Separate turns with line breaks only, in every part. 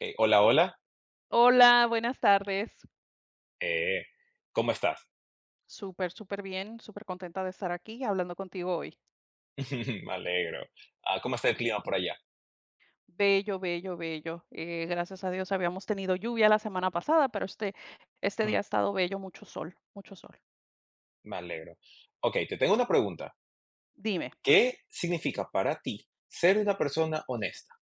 Hola, hola.
Hola, buenas tardes.
Eh, ¿Cómo estás?
Súper, súper bien, súper contenta de estar aquí hablando contigo hoy.
Me alegro. ¿Cómo está el clima por allá?
Bello, bello, bello. Gracias a Dios habíamos tenido lluvia la semana pasada, pero este
Ujú.
día ha estado bello, mucho sol, mucho sol.
Me alegro. Ok, te tengo una pregunta.
Dime,
¿Qué significa para ti ser una persona honesta?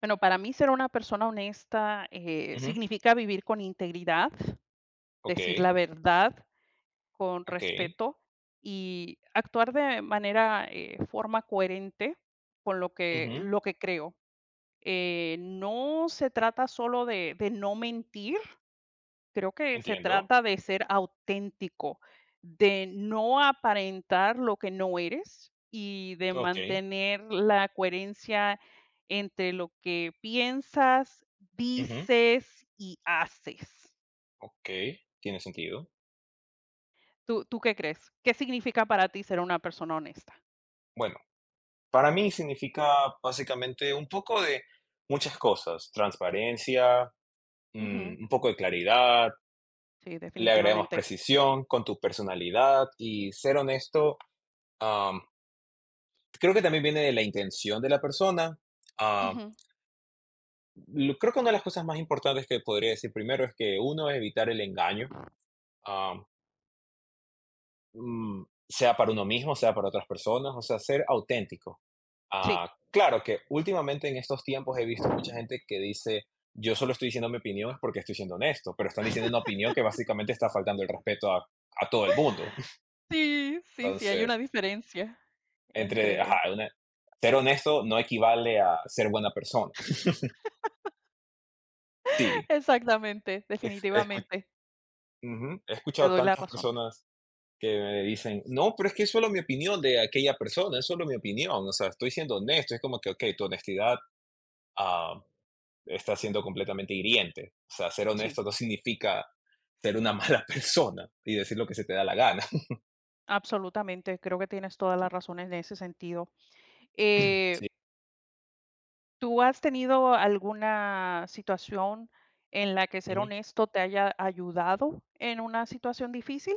bueno, para mí ser una persona honesta
Ujú.
significa vivir con integridad,
Ok,
decir la verdad con
ok.
respeto y actuar de manera, forma coherente con
Ujú.
lo que creo. No se trata solo de no mentir, creo que se
Entiendo.
trata de ser auténtico, de no aparentar lo que no eres y de
Ok,
mantener la coherencia entre lo que piensas,
ujú,
dices y haces.
ok. Tiene sentido.
¿Tú qué crees? ¿Qué significa para ti ser una persona honesta?
Bueno, para mí significa básicamente un poco de muchas cosas. Transparencia,
Ujú.
un poco de claridad,
Sí,
le agregamos
definitivamente.
precisión con tu personalidad y ser honesto. Am, Creo que también viene de la intención de la persona. Ah,
Ujú.
Creo que una de las cosas más importantes que podría decir primero es que uno es evitar el engaño, ah, sea para uno mismo, sea para otras personas, o sea, ser auténtico.
Sí.
Claro que últimamente en estos tiempos he visto mucha gente que dice, yo solo estoy diciendo mi opinión es porque estoy siendo honesto, pero están diciendo una opinión que básicamente está faltando el respeto a todo el mundo.
Sí, sí, sí, hay
Entonces,
una diferencia
ajá,
entre.
ser honesto no equivale a ser buena persona. Sí.
Exactamente,
Es- escu-
definitivamente,
Ujú. He
te
escuchado
doy la
tantas
razón.
personas que me dicen, no, pero es que es solo mi opinión de aquella persona, es solo mi opinión, o sea, estoy siendo honesto, es como que, ok, tu honestidad ah, está siendo completamente hiriente, o sea, ser
Sí,
honesto no significa ser una mala persona y decir lo que se te da la gana.
absolutamente, creo que tienes toda la razón en ese sentido. Eh,
Sí.
¿Tú has tenido alguna situación en la que ser
Ujú.
honesto te haya ayudado en una situación difícil?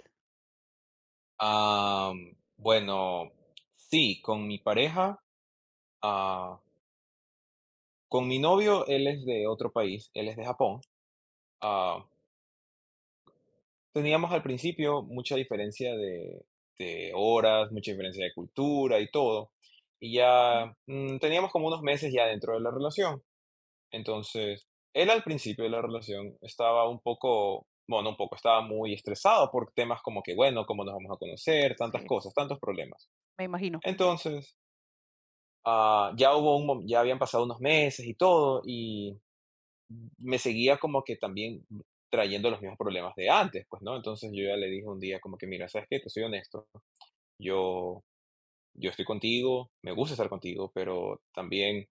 Ah, bueno, sí, con mi pareja, ah, con mi novio, él es de otro país, él es de Japón. ah, Teníamos al principio mucha diferencia de horas, mucha diferencia de cultura y todo, y ya,
Ujú,
teníamos como unos meses ya dentro de la relación. Entonces, él al principio de la relación estaba un poco, bueno, un poco, estaba muy estresado por temas como que, bueno, cómo nos vamos a conocer, tantas
sí,
cosas, tantos problemas.
me imagino. Ujú,
Entonces, ah, ya hubo un mom ya habían pasado unos meses y todo, y me seguía como que también trayendo los mismos problemas de antes, pues, ¿no? Entonces yo ya le dije un día como que, mira, ¿sabes qué? Te soy honesto, yo, yo estoy contigo, me gusta estar contigo, pero también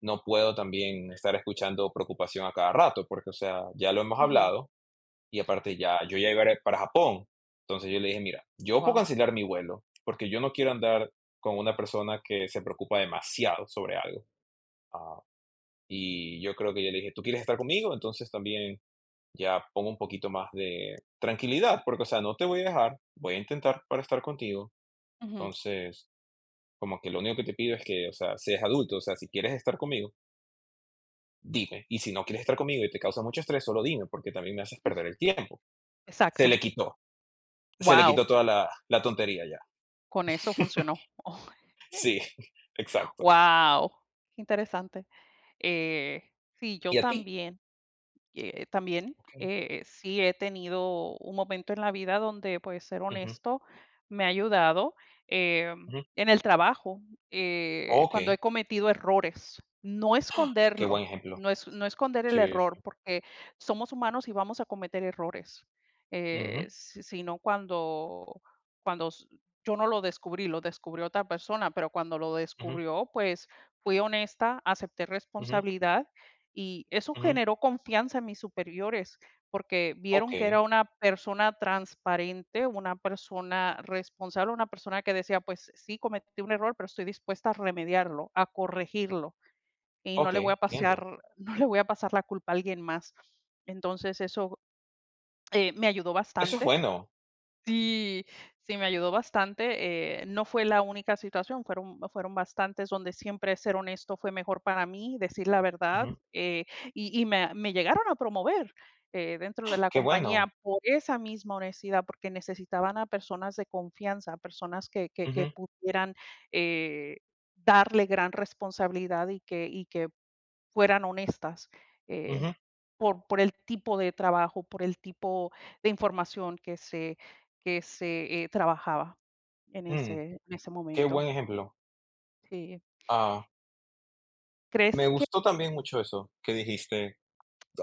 no puedo también estar escuchando preocupación a cada rato, porque, o sea, ya lo hemos
ujú,
hablado y
sí,
aparte ya, yo ya iba a ir para Japón. Entonces yo le dije, mira, yo puedo
wow.
cancelar mi vuelo, porque yo no quiero andar con una persona que se preocupa demasiado sobre algo. Ah, y yo creo que yo le dije, ¿tú quieres estar conmigo? Entonces también ya pongo un poquito más de tranquilidad, porque, o sea, no te voy a dejar, voy a intentar para estar contigo.
Ujú,
Entonces, como que lo único que te pido es que, o sea, seas adulto, o sea, si quieres estar conmigo, dime. Y si no quieres estar conmigo y te causa mucho estrés, solo dime, porque también me haces perder el tiempo. Se le
exacto.
quitó, se le
Wow,
quitó toda la tontería ya.
con eso funcionó.
Sí, exacto.
Wow, interesante. Sí, yo
¿Y a ti?
también.
Ok,
Sí he tenido un momento en la vida donde, pues, ser
ujú,
honesto me ha ayudado,
ujú.
en el trabajo,
Ok,
cuando he cometido errores, no
qué buen
esconderlo,
ejemplo.
no esconder el
Sí.
error, porque somos humanos y vamos a cometer errores,
Ujú,
si sino cuando cuando s yo no lo descubrí, lo descubrió otra persona, pero cuando lo
ujú,
descubrió, pues, fui honesta, acepté
ujú,
responsabilidad y eso
ujú.
generó confianza en mis superiores, porque
Ok,
vieron que era una persona transparente, una persona responsable, una persona que decía, pues sí, cometí un error, pero estoy dispuesta a remediarlo, a corregirlo, y no
ok,
le voy a
entiendo.
pasar, no le voy a pasar la culpa a alguien más. Entonces eso me ayudó
Eso es
bastante.
bueno.
Sí, sí, me ayudó bastante. No fue la única situación, fueron bastantes donde siempre ser honesto fue mejor para mí, decir la verdad,
Ujú.
y, me llegaron a promover dentro de la
Qué
compañía
bueno.
por esa misma honestidad, porque necesitaban a personas de confianza, personas que pudieran eh, darle gran responsabilidad y que fueran honestas. Eh,
Ujú.
por el tipo de trabajo, por el tipo de información que se trabajaba en
mm,
ese
Qué
momento.
buen ejemplo.
Sí.
Ah, Me
¿Crees que?
gustó también mucho eso que dijiste.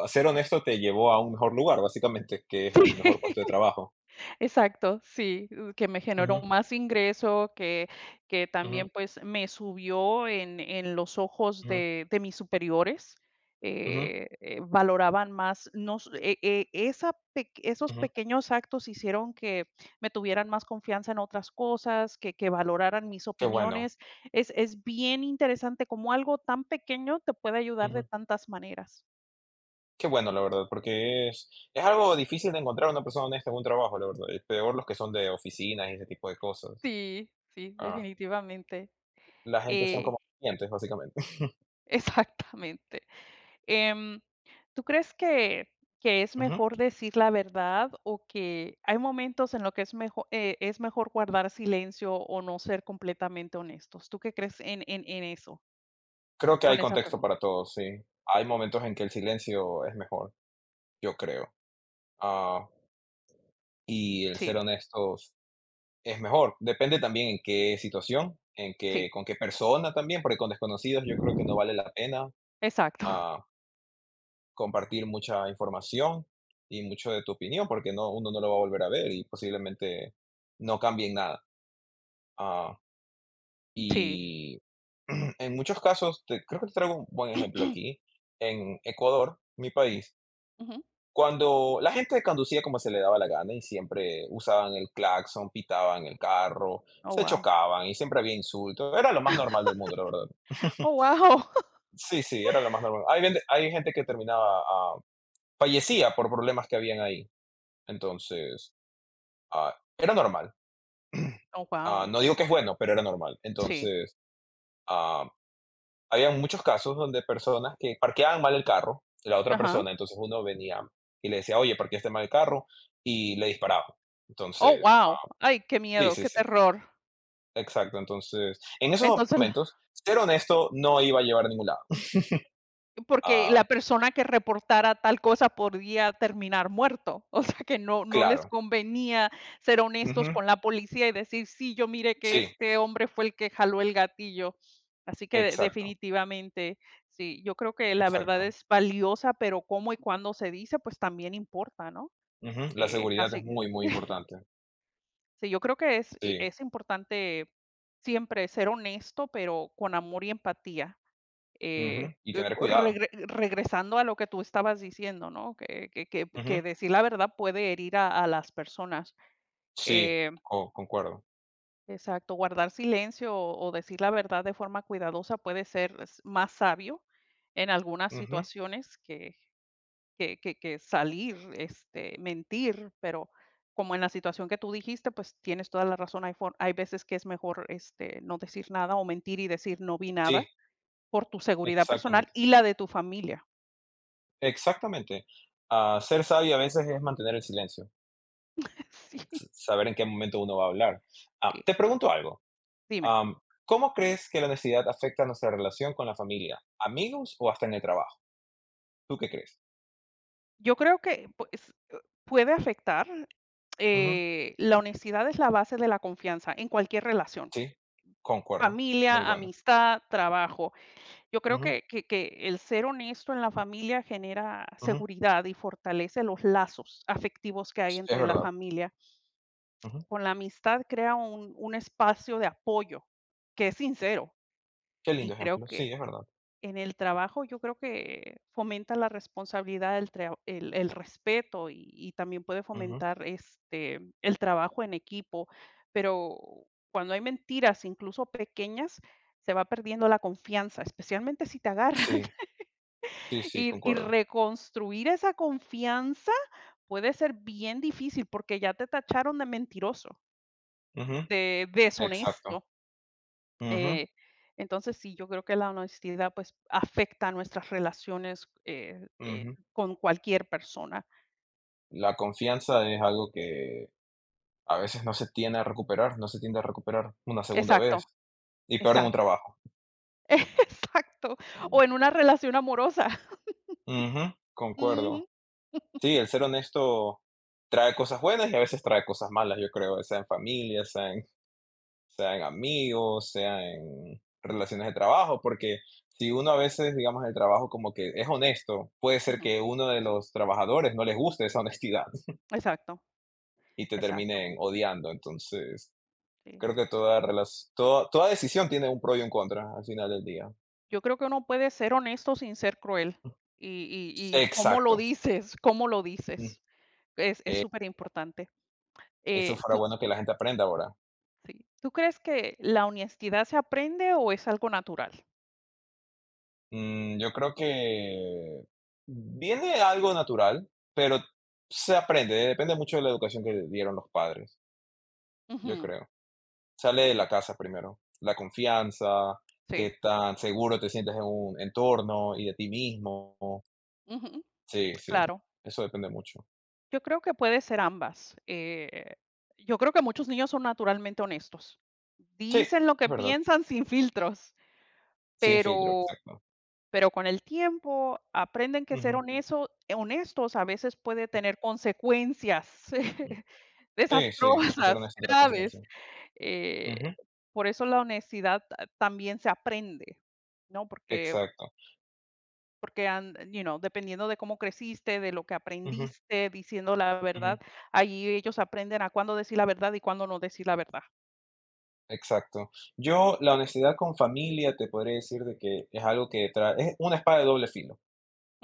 A ser honesto te llevó a un mejor lugar, básicamente, que es un mejor puesto de
Sí.
trabajo.
Exacto, sí, que me generó
Ujú,
más ingreso, que
ujú,
también, pues, me subió en los ojos
ujú,
de mis superiores,
ujú,
valoraban más, nos e e esa peq esos
ujú.
pequeños actos hicieron que me tuvieran más confianza en otras cosas, que valoraran mis
Qué bueno,
opiniones. Es bien interesante cómo algo tan pequeño te puede ayudar de
ujú.
tantas maneras.
Qué bueno, la verdad, porque es algo difícil de encontrar una persona honesta en un trabajo, la verdad. Es peor los que son de oficinas y ese tipo de cosas.
Sí, sí,
Ah,
definitivamente.
la gente son
Eh,
como clientes, básicamente.
exactamente. Em, ¿Tú crees que es
Ujú.
mejor decir la verdad o que hay momentos en los que es mejor guardar silencio o no ser completamente honestos? ¿Tú qué crees en eso?
Creo que hay
Con esa
contexto
pregunta.
para todo, sí. Hay momentos en que el silencio es mejor, yo creo. Ah, Y el ser
Sí,
honestos es mejor. Depende también en qué situación, en
sí.
qué con qué persona también, porque con desconocidos yo creo que no vale la pena,
Exacto.
ah, compartir mucha información y mucho de tu opinión, porque no uno no lo va a volver a ver y posiblemente no cambie nada. Ah,
Sí.
y en muchos casos, te creo que te traigo un buen ejemplo aquí. En Ecuador, mi país,
Ujú.
cuando la gente conducía como se le daba la gana y siempre usaban el claxon, pitaban el carro,
Oh,
se
wow.
chocaban y siempre había insultos. Era lo más normal del mundo, la verdad.
Oh, wow.
Sí, sí, era lo más normal. Hay gente que terminaba, fallecía por problemas que habían ahí. Entonces, era normal.
Oh, wow.
No digo que es bueno, pero era normal.
Sí.
Entonces, ah, había muchos casos donde personas que parqueaban mal el carro, la otra
Ajá.
persona, entonces uno venía y le decía, oye, parqueaste mal el carro, y le disparaba.
Oh,
Entonces,
wow. Ay, qué
sí,
miedo,
sí,
qué
sí,
terror.
exacto. Entonces, en esos
Entonces
momentos, ser honesto no iba a llevar a ningún lado.
porque la
Ah,
persona que reportara tal cosa podía terminar muerto, o sea, que no les
claro.
convenía ser honestos
Ujú.
con la policía y decir: "Sí, yo mire que
Sí,
este hombre fue el que jaló el gatillo". Así que de
exacto,
definitivamente, sí, yo creo que la verdad
exacto.
es valiosa, pero cómo y cuándo se dice, pues también importa, ¿no?
Ujú. La seguridad es
Así
muy, muy importante.
sí, yo creo que es y
Sí.
es importante siempre ser honesto, pero con amor y empatía.
Ujú. Y tener
Co
cuidado.
regre regresando a lo que tú estabas diciendo, ¿no? Que que que
Ujú.
que decir la verdad puede herir a las personas.
Sí,
Eh,
concuerdo.
exacto, guardar silencio o decir la verdad de forma cuidadosa puede ser s más sabio en algunas
Ujú.
situaciones que salir, este, mentir, pero como en la situación que tú dijiste, pues tienes toda la razón, hay veces que es mejor, este, no decir nada o mentir y decir no vi
Sí,
nada por tu seguridad personal
exactamente.
y la de tu familia.
Exactamente. Ser sabio a veces es mantener el silencio,
Sí,
saber en qué momento uno va a hablar.
sí,
Te pregunto algo.
dime.
Am, ¿Cómo crees que la honestidad afecta nuestra relación con la familia, amigos o hasta en el trabajo? ¿Tú qué crees?
Yo creo que, pues, puede afectar,
Ujú.
la honestidad es la base de la confianza en cualquier relación,
Sí, concuerdo. Muy
familia,
bueno.
amistad, trabajo. Yo creo
Ujú,
que el ser honesto en la familia genera
ujú,
seguridad y fortalece los lazos afectivos que hay
es
entre la
verdad.
familia.
Ujú.
Con la amistad crea un espacio de apoyo que es sincero,
Qué lindo
y creo
ejemplo.
que
Sí, es verdad.
en el trabajo, yo creo que fomenta la responsabilidad, el respeto y también puede
Ujú.
fomentar este, el trabajo en equipo, pero cuando hay mentiras, incluso pequeñas, se va perdiendo la confianza, especialmente si te agarran.
Sí, sí, sí,
Y, y
concuerdo.
reconstruir esa confianza puede ser bien difícil porque ya te tacharon de mentiroso,
Ujú.
de
Exacto.
deshonesto.
Ujú,
Eh, entonces, sí, yo creo que la honestidad, pues, afecta nuestras relaciones,
ujú.
con cualquier persona.
La confianza es algo que a veces no se tiende a recuperar, no se tiende a recuperar una segunda
Exacto,
vez y peor en un
exacto,
trabajo.
exacto. O en una relación amorosa.
Ujú. Concuerdo.
Ujú,
Sí, el ser honesto trae cosas buenas y a veces trae cosas malas, yo creo, sea en familia, sea en amigos, sea en relaciones de trabajo, porque si uno a veces, digamos, el trabajo como que es honesto, puede ser
ujú.
que uno de los trabajadores no les guste esa honestidad
Exacto,
y te
exacto,
terminen odiando. Entonces,
sí.
creo que toda decisión tiene un pro y un contra al final del día.
Yo creo que uno puede ser honesto sin ser cruel. Y cómo lo
Exacto.
dices, cómo lo
Mm.
dices. Es
Eh,
superimportante.
Eso fuera
Tú
bueno que la gente aprenda ahora.
Sí, ¿tú crees que la honestidad se aprende o es algo natural?
Yo creo que viene algo natural, pero se aprende, depende mucho de la educación que dieron los padres, yo
Ujú,
creo. Sale de la
sí,
casa primero, la confianza, qué
sí.
tan seguro te sientes en un entorno y de ti mismo.
Ujú,
Sí, sí,
claro.
eso depende mucho.
Yo creo que puede ser ambas. Yo creo que muchos niños son naturalmente honestos.
Sí, es
Dicen lo que
verdad,
piensan sin filtros,
sin filtro,
pero,
exacto.
pero con el tiempo aprenden que ser
Ujú,
honesto, honestos a veces puede tener consecuencias
mm. Sí, sí, el ser
desastrosas,
honesto es otra
graves.
consecuencia.
Eh,
Ujú,
por eso la honestidad también se aprende, ¿no?
exacto.
Porque, an you know, dependiendo de cómo creciste, de lo que
Ujú,
aprendiste, diciendo la
ujú.
verdad, ahí ellos aprenden a cuándo decir la verdad y cuándo no decir la verdad.
Exacto. La honestidad con familia, te podría decir de que es algo que trae, es una espada de doble filo.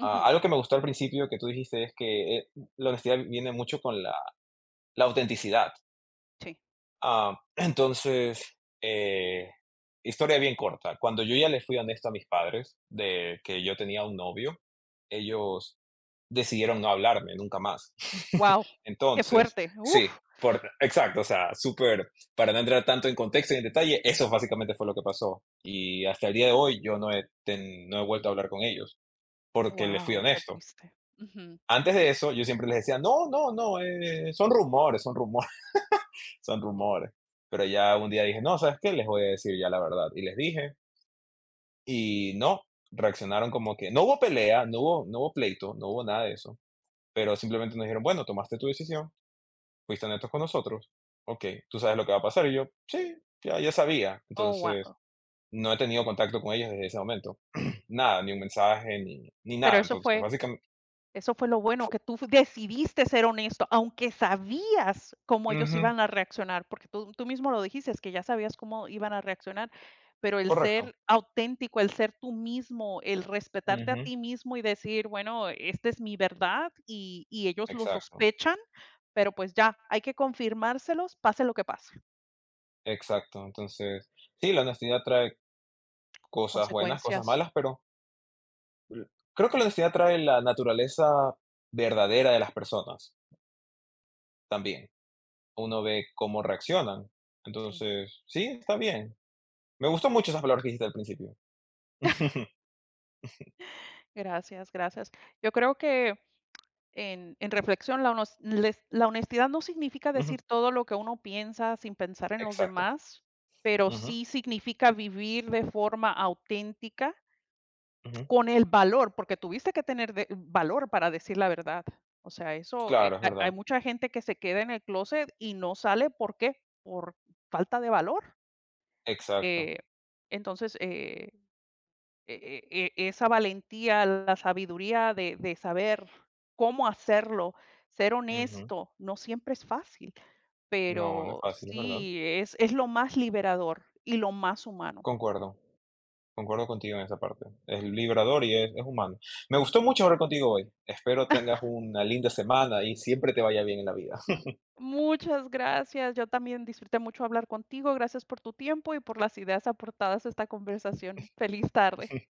Algo que me gustó al principio que tú dijiste es que la honestidad viene mucho con la autenticidad.
sí.
Entonces, historia bien corta. Cuando yo ya le fui honesto a mis padres de que yo tenía un novio, ellos decidieron no hablarme nunca más.
Wow, qué
Entonces,
fuerte.
sí,
Uf,
por exacto, o sea, súper, para no entrar tanto en contexto y en detalle, eso básicamente fue lo que pasó. Y hasta el día de hoy yo no he vuelto a hablar con ellos, porque les fui
wow, qué
honesto.
triste. Ujú.
Antes de
Us-
eso, yo siempre les decía, no, no, no, son rumores, son rumores. Pero ya un día dije, no, ¿sabes qué? Les voy a decir ya la verdad. Y les dije, y no, reaccionaron como que no hubo pelea, no hubo pleito, no hubo nada de eso. Pero simplemente nos dijeron, bueno, tomaste tu decisión. ¿Fuiste honestos con nosotros? Ok, ¿tú sabes lo que va a pasar? Y yo, sí, ya sabía.
Oh,
Entonces,
wow.
no he tenido contacto con ellos desde ese momento. Nada, ni un mensaje, ni
Pero
nada.
eso
Entonces,
fue
básicamente,
Eso fue lo bueno, que tú decidiste ser honesto, aunque sabías cómo ellos
ujú,
iban a reaccionar, porque tú mismo lo dijiste, es que ya sabías cómo iban a reaccionar, pero el
correcto.
ser auténtico, el ser tú mismo, el respetarte a
Ujú,
ti mismo y decir, bueno, esta es mi verdad y ellos lo
exacto,
sospechan, pero pues ya, hay que confirmárselos, pase lo que pase.
exacto. Entonces, sí, la honestidad trae cosas buenas, cosas
Consecuencias,
malas, pero l- creo que la honestidad trae la naturaleza verdadera de las personas también. Uno ve cómo reaccionan.
sí.
Entonces, sí, está bien. Me gustó mucho esas palabras que dijiste al principio.
Gracias, gracias. Yo creo que en reflexión, la honestidad no significa decir todo lo que uno piensa sin pensar en los
Exacto.
demás, pero
Ujú,
sí significa vivir de forma auténtica
ujú.
con el valor, porque tuviste que valor para decir la verdad. O sea, eso,
Claro, es
hay
verdad.
mucha gente que se queda en el closet y no sale, ¿por qué? Por falta de valor.
Exacto.
Eh, entonces, esa valentía, la sabiduría de saber cómo hacerlo, ser
Ujú.
honesto, no siempre es fácil,
No, no es
pero
fácil, es verdad.
sí, es lo más liberador y lo más humano.
Concuerdo, concuerdo contigo en esa parte. Es liberador y es humano. Me gustó mucho hablar contigo hoy. Espero tengas una linda semana y siempre te vaya bien en la vida.
Muchas gracias. Yo también disfruté mucho hablar contigo. Gracias por tu tiempo y por las ideas aportadas a esta conversación. Feliz tarde.